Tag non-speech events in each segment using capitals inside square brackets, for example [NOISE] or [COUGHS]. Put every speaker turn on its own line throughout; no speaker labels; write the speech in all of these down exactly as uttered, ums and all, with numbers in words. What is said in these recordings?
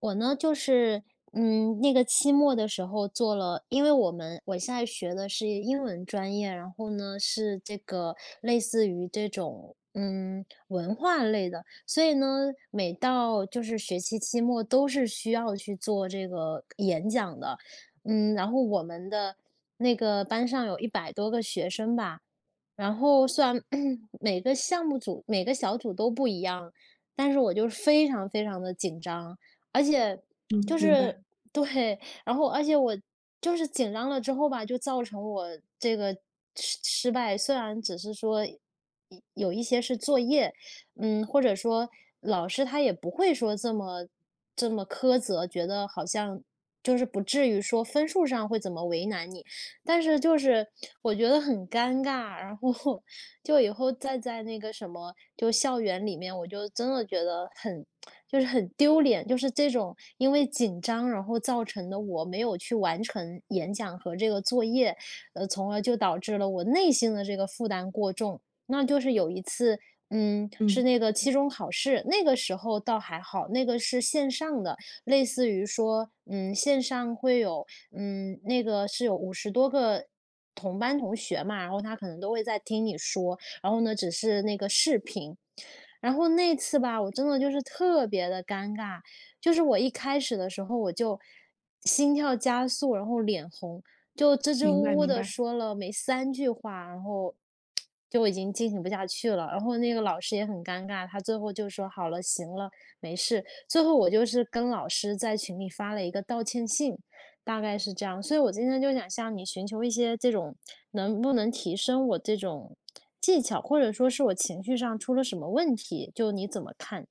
我呢，就是，嗯，那个期末的时候做了，因为我们我现在学的是英文专业，然后呢是这个类似于这种嗯文化类的，所以呢，每到就是学期期末都是需要去做这个演讲的，嗯，然后我们的那个班上有一百多个学生吧，然后虽然 [COUGHS] [CLEARS THROAT] 每个项目组每个小组都不一样，但是我就是非常非常的紧张。而且
嗯，
就
明白，
是对，然后而且我就是紧张了之后吧，就造成我这个失失败。虽然只是说一有一些是作业，嗯，或者说老师他也不会说这么这么苛责，觉得好像就是不至于说分数上会怎么为难你，但是就是我觉得很尴尬，然后就以后再在那个什么，就校园里面，我就真的觉得很，就是很丢脸，就是这种因为紧张，然后造成的我没有去完成演讲和这个作业，呃，从而就导致了我内心的这个负担过重。那就是有一次，嗯，是
嗯，
那个期中考试，那个时候倒还好，那个是线上的，类似于说，嗯，线上会有，嗯，那个是有五十多个同班同学嘛，然后他可能都会在听你说，然后呢，只是那个视频。然后那次吧，我真的就是特别的尴尬，就是我一开始的时候我就心跳加速，然后脸红，就支支
明白
吾吾
明
的
白。
说了没三句话，然后就已经进行不下去了。然后那个老师也很尴尬，他最后就说好了，行了，没事。最后我就是跟老师在群里发了一个道歉信，大概是这样，所以我今天就想向你寻求一些这种能不能提升我这种技巧，或者说是我情绪上出了什么问题，就你怎么看？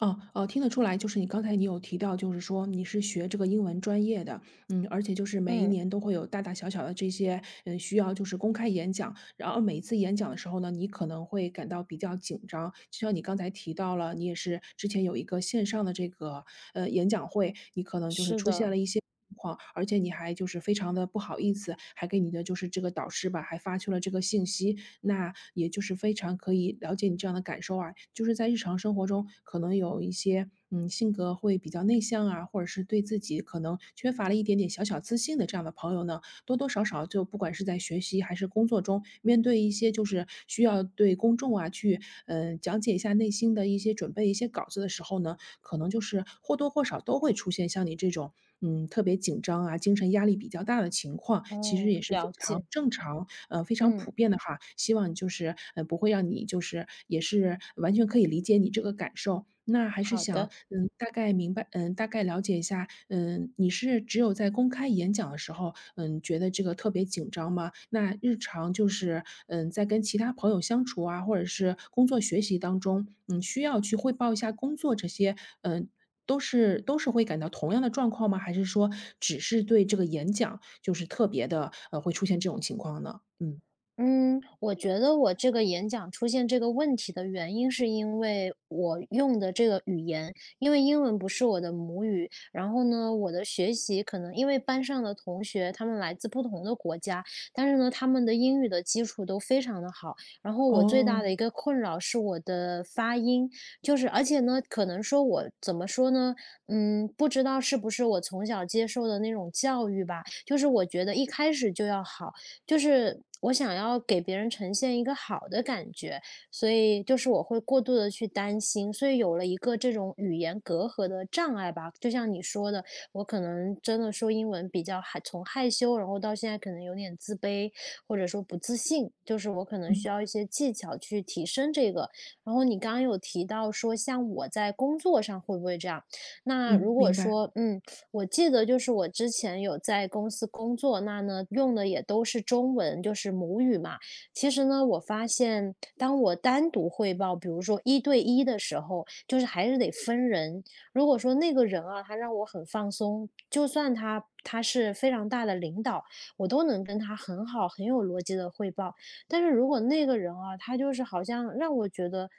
哦，哦，听得出来，就是你刚才你有提到，就是说你是学这个英文专业的，嗯，而且就是每一
嗯，
年都会有大大小小的这些，嗯，需要就是公开演讲，然后每一次演讲的时候呢，你可能会感到比较紧张。就像你刚才提到了，你也是之前有一个线上的这个呃演讲会，你可能就是
是
出现
的。
了一些情况，而且你还就是非常的不好意思，还给你的就是这个导师吧，还发去了这个信息，那也就是非常可以了解你这样的感受啊，就是在日常生活中可能有一些，嗯，性格会比较内向啊，或者是对自己可能缺乏了一点点小小自信的这样的朋友呢，多多少少就不管是在学习还是工作中，面对一些就是需要对公众啊去，嗯呃讲解一下内心的一些准备一些稿子的时候呢，可能就是或多或少都会出现像你这种，嗯，特别紧张啊，精神压力比较大的情况，其实
哦，
也是非
了
常
解。
正常，呃，非常普
嗯，
遍的哈。希望就是，呃，不会让你就是也是完全可以理解你这个感受。那还是
好
想
的。
嗯，大概明白，嗯，大概了解一下，嗯，你是只有在公开演讲的时候，嗯，觉得这个特别紧张吗？那日常就是，嗯，在跟其他朋友相处啊，或者是工作学习当中，嗯，需要去汇报一下工作这些，嗯，都是都是会感到同样的状况吗？还是说只是对这个演讲就是特别的，呃，会出现这种情况呢？嗯，
嗯，我觉得我这个演讲出现这个问题的原因，是因为我用的这个语言，因为英文不是我的母语，然后呢，我的学习可能因为班上的同学他们来自不同的国家，但是呢，他们的英语的基础都非常的好。然后我最大
哦，
的一个困扰是我的发音，就是而且呢，可能说我怎么说呢，嗯，不知道是不是我从小接受的那种教育吧，就是我觉得一开始就要好。就是我想要给别人呈现一个好的感觉，所以就是我会过度的去担心，所以有了一个这种语言隔阂的障碍吧。就像你说的，我可能真的说英文比较害，从害羞，然后到现在可能有点自卑，或者说不自信，就是我可能需
嗯
要一些技巧去提升这个。然后你刚刚有提到说，像我在工作上会不会这样？那
嗯，
如果
明白，
说，嗯。我记得就是我之前有在公司工作，那呢用的也都是中文，就是母语嘛。其实呢，我发现当我单独汇报，比如说一对一的时候，就是还是得分人。如果说那个人啊，他让我很放松，就算他他是非常大的领导，我都能跟他很好、很有逻辑的汇报。但是如果那个人啊，他就是好像让我觉得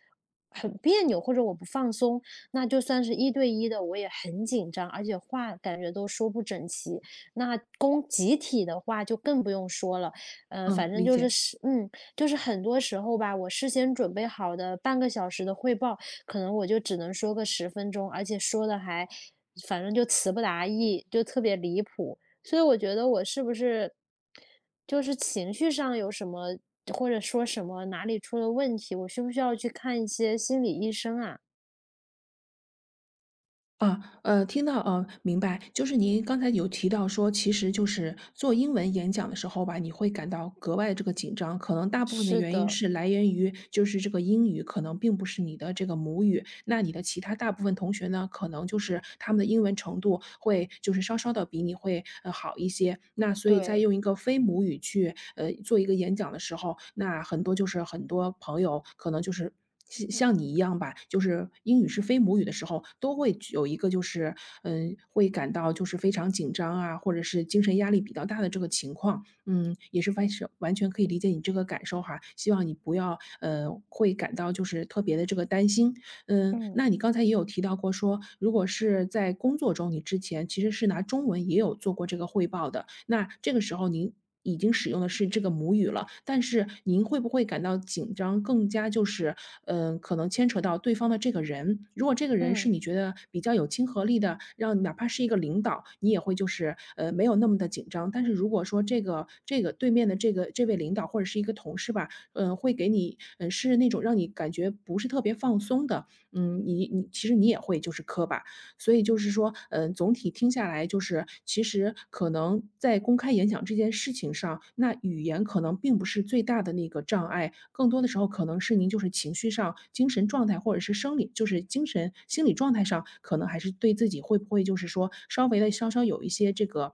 很别扭，或者我不放松，那就算是一对一的，我也很紧张，而且话感觉都说不整齐。那公集体的话就更不用说了，呃，反
嗯，
正
理
就是
解。
是，嗯，就是很多时候吧，我事先准备好的半个小时的汇报，可能我就只能说个十分钟，而且说的还，反正就词不达意，就特别离谱。所以我觉得我是不是，就是情绪上有什么，或者说什么哪里出了问题，我需不需要去看一些心理医生啊？
啊，呃，听到，呃，明白。就是您刚才有提到说，其实就是做英文演讲的时候吧，你会感到格外这个紧张，可能大部分的
是
原因
的。
是来源于就是这个英语可能并不是你的这个母语，那你的其他大部分同学呢，可能就是他们的英文程度会就是稍稍的比你会呃好一些，那所以在
对。
用一个非母语去呃做一个演讲的时候，那很多就是很多朋友可能就是。像像你一样吧，就是英语是非母语的时候，都会有一个就是，嗯，会感到就是非常紧张啊，或者是精神压力比较大的这个情况。嗯，也是完全完全可以理解你这个感受哈，希望你不要，呃，会感到就是特别的这个担心。嗯，
嗯
那你刚才也有提到过说，如果是在工作中，你之前其实是拿中文也有做过这个汇报的，那这个时候您已经使用的是这个母语了，但是您会不会感到紧张，更加就是，嗯，可能牵扯到对方的这个人，如果这个人是
嗯
你觉得比较有亲和力的，让哪怕是一个领导，你也会就是，呃，没有那么的紧张。但是如果说这个这个对面的这个这位领导或者是一个同事吧，嗯，会给你，嗯，是那种让你感觉不是特别放松的，嗯，你你其实你也会就是磕巴。所以就是说，嗯，总体听下来就是，其实可能在公开演讲这件事情上，那语言可能并不是最大的那个障碍，更多的时候可能是您就是情绪上、精神状态或者是生理就是精神心理状态上，可能还是对自己会不会就是说稍微的稍稍有一些这个，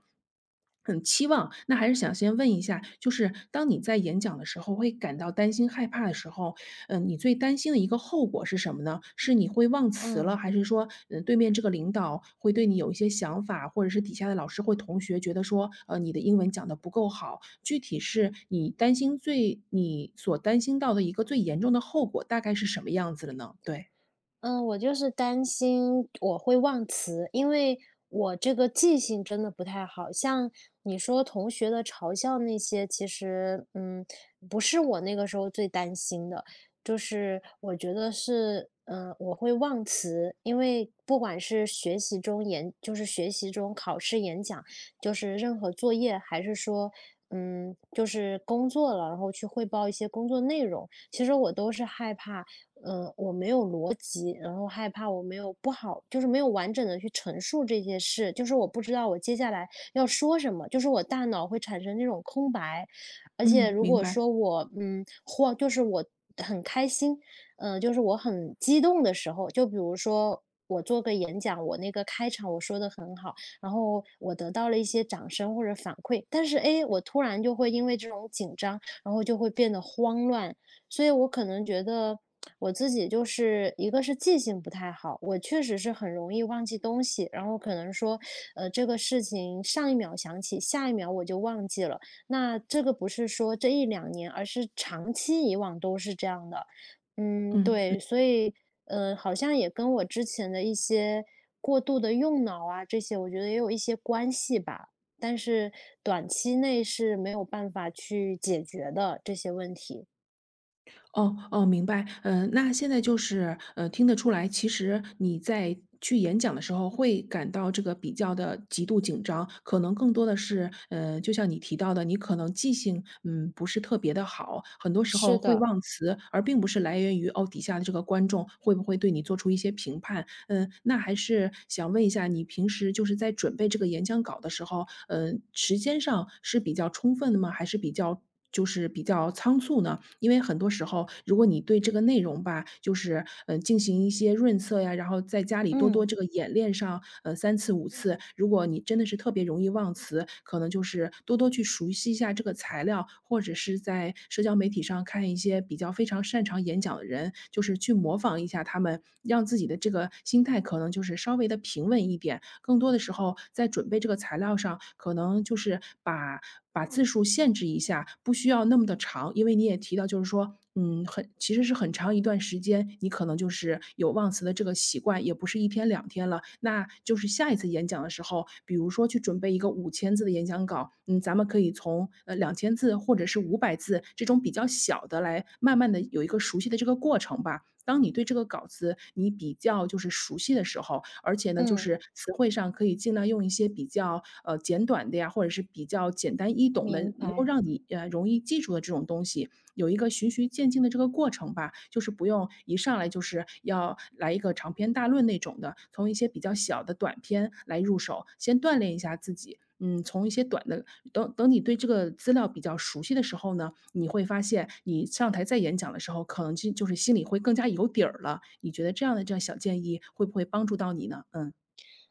很期望。那还是想先问一下，就是当你在演讲的时候会感到担心害怕的时候，嗯，你最担心的一个后果是什么呢？是你会忘词了，
嗯。
还是说，嗯，对面这个领导会对你有一些想法，或者是底下的老师或同学觉得说，呃，你的英文讲的不够好？具体是你担心最你所担心到的一个最严重的后果大概是什么样子的呢？对，
嗯，我就是担心我会忘词，因为我这个记性真的不太好。像你说同学的嘲笑那些，其实嗯，不是我那个时候最担心的，就是我觉得是，嗯、我会忘词，因为不管是学习中演，就是学习中考试演讲，就是任何作业，还是说。嗯，就是工作了，然后去汇报一些工作内容。其实我都是害怕嗯，我没有逻辑，然后害怕我没有不好，就是没有完整的去陈述这些事，就是我不知道我接下来要说什么，就是我大脑会产生那种空白，而且
嗯，
如
明
果
白，
说我嗯或就是我很开心，嗯、呃就是我很激动的时候，就比如说。我做个演讲，我那个开场我说的很好，然后我得到了一些掌声或者反馈，但是诶，我突然就会因为这种紧张，然后就会变得慌乱，所以我可能觉得我自己就是一个是记性不太好，我确实是很容易忘记东西，然后可能说，呃，这个事情上一秒想起，下一秒我就忘记了。那这个不是说这一两年，而是长期以往都是这样的。嗯，
嗯。
对，所以，呃，好像也跟我之前的一些过度的用脑啊，这些我觉得也有一些关系吧。但是短期内是没有办法去解决的这些问题。
哦哦，明白。嗯，那现在就是，呃，听得出来，其实你在去演讲的时候会感到这个比较的极度紧张，可能更多的是，呃，就像你提到的，你可能记性，嗯，不是特别的好，很多时
是
候会
的。
忘词，而并不是来源于，哦，底下的这个观众会不会对你做出一些评判。嗯，那还是想问一下，你平时就是在准备这个演讲稿的时候，嗯，时间上是比较充分的吗？还是比较就是比较仓促呢？因为很多时候，如果你对这个内容吧，就是，嗯，进行一些润色呀，然后在家里多多
嗯
这个演练上，呃三次五次，如果你真的是特别容易忘词，可能就是多多去熟悉一下这个材料，或者是在社交媒体上看一些比较非常擅长演讲的人，就是去模仿一下他们，让自己的这个心态可能就是稍微的平稳一点。更多的时候在准备这个材料上，可能就是把把字数限制一下，不需要那么的长。因为你也提到就是说，嗯，很其实是很长一段时间，你可能就是有忘词的这个习惯，也不是一天两天了。那就是下一次演讲的时候，比如说去准备一个五千字的演讲稿，嗯，咱们可以从，呃两千字或者是五百字这种比较小的来慢慢的有一个熟悉的这个过程吧。当你对这个稿子你比较就是熟悉的时候，而且呢，就
嗯，
是词汇上可以尽量用一些比较呃简短的呀，或者是比较简单易懂的，
明
能够
白。
让你呃容易记住的这种东西，有一个循序渐进的这个过程吧。就是不用一上来就是要来一个长篇大论那种的，从一些比较小的短篇来入手，先锻炼一下自己。嗯，从一些短的，等等你对这个资料比较熟悉的时候呢，你会发现你上台再演讲的时候，可能就就是心里会更加有底儿了。你觉得这样的这样小建议会不会帮助到你呢？嗯。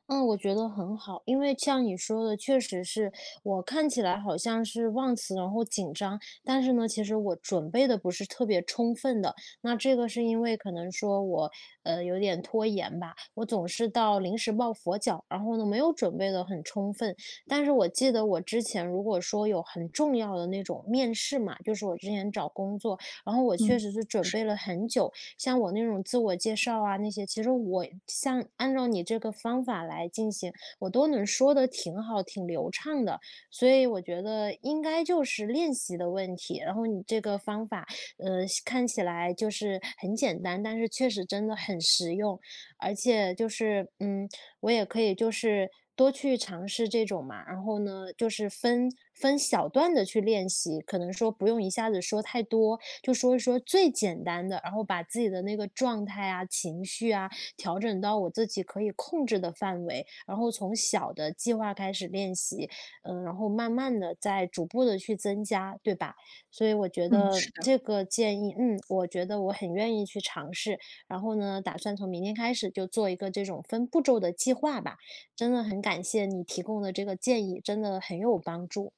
嗯，我觉得很好，因为像你说的，确实是我看起来好像是忘词，然后紧张，但是呢，其实我准备的不是特别充分的。那这个是因为可能说我呃有点拖延吧，我总是到临时抱佛脚，然后呢没有准备的很充分。但是我记得我之前如果说有很重要的那种面试嘛，就是我之前找工作，然后我确
嗯，
实是准
是，
备了很久，像我那种自我介绍啊那些，其实我像按照你这个方法来进行，我都能说的挺好、挺流畅的。所以我觉得应该就是练习的问题。然后你这个方法，呃，看起来就是很简单，但是确实真的很实用。而且就是，嗯，我也可以就是多去尝试这种嘛。然后呢，就是分分小段的去练习，可能说不用一下子说太多，就说一说最简单的，然后把自己的那个状态啊、情绪啊，调整到我自己可以控制的范围，然后从小的计划开始练习，嗯，然后慢慢的再逐步的去增加，对吧？所以我觉
嗯。
得
是的，
这个建议，嗯，我觉得我很愿意去尝试，然后呢，打算从明天开始就做一个这种分步骤的计划吧。真的很感谢你提供的这个建议，真的很有帮助，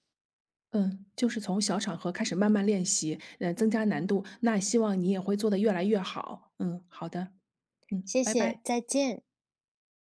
嗯，就是从小场合开始慢慢练习，呃，增加难度，那希望你也会做得越来越好。嗯，好的，嗯，
谢
拜
谢，
拜。
再见。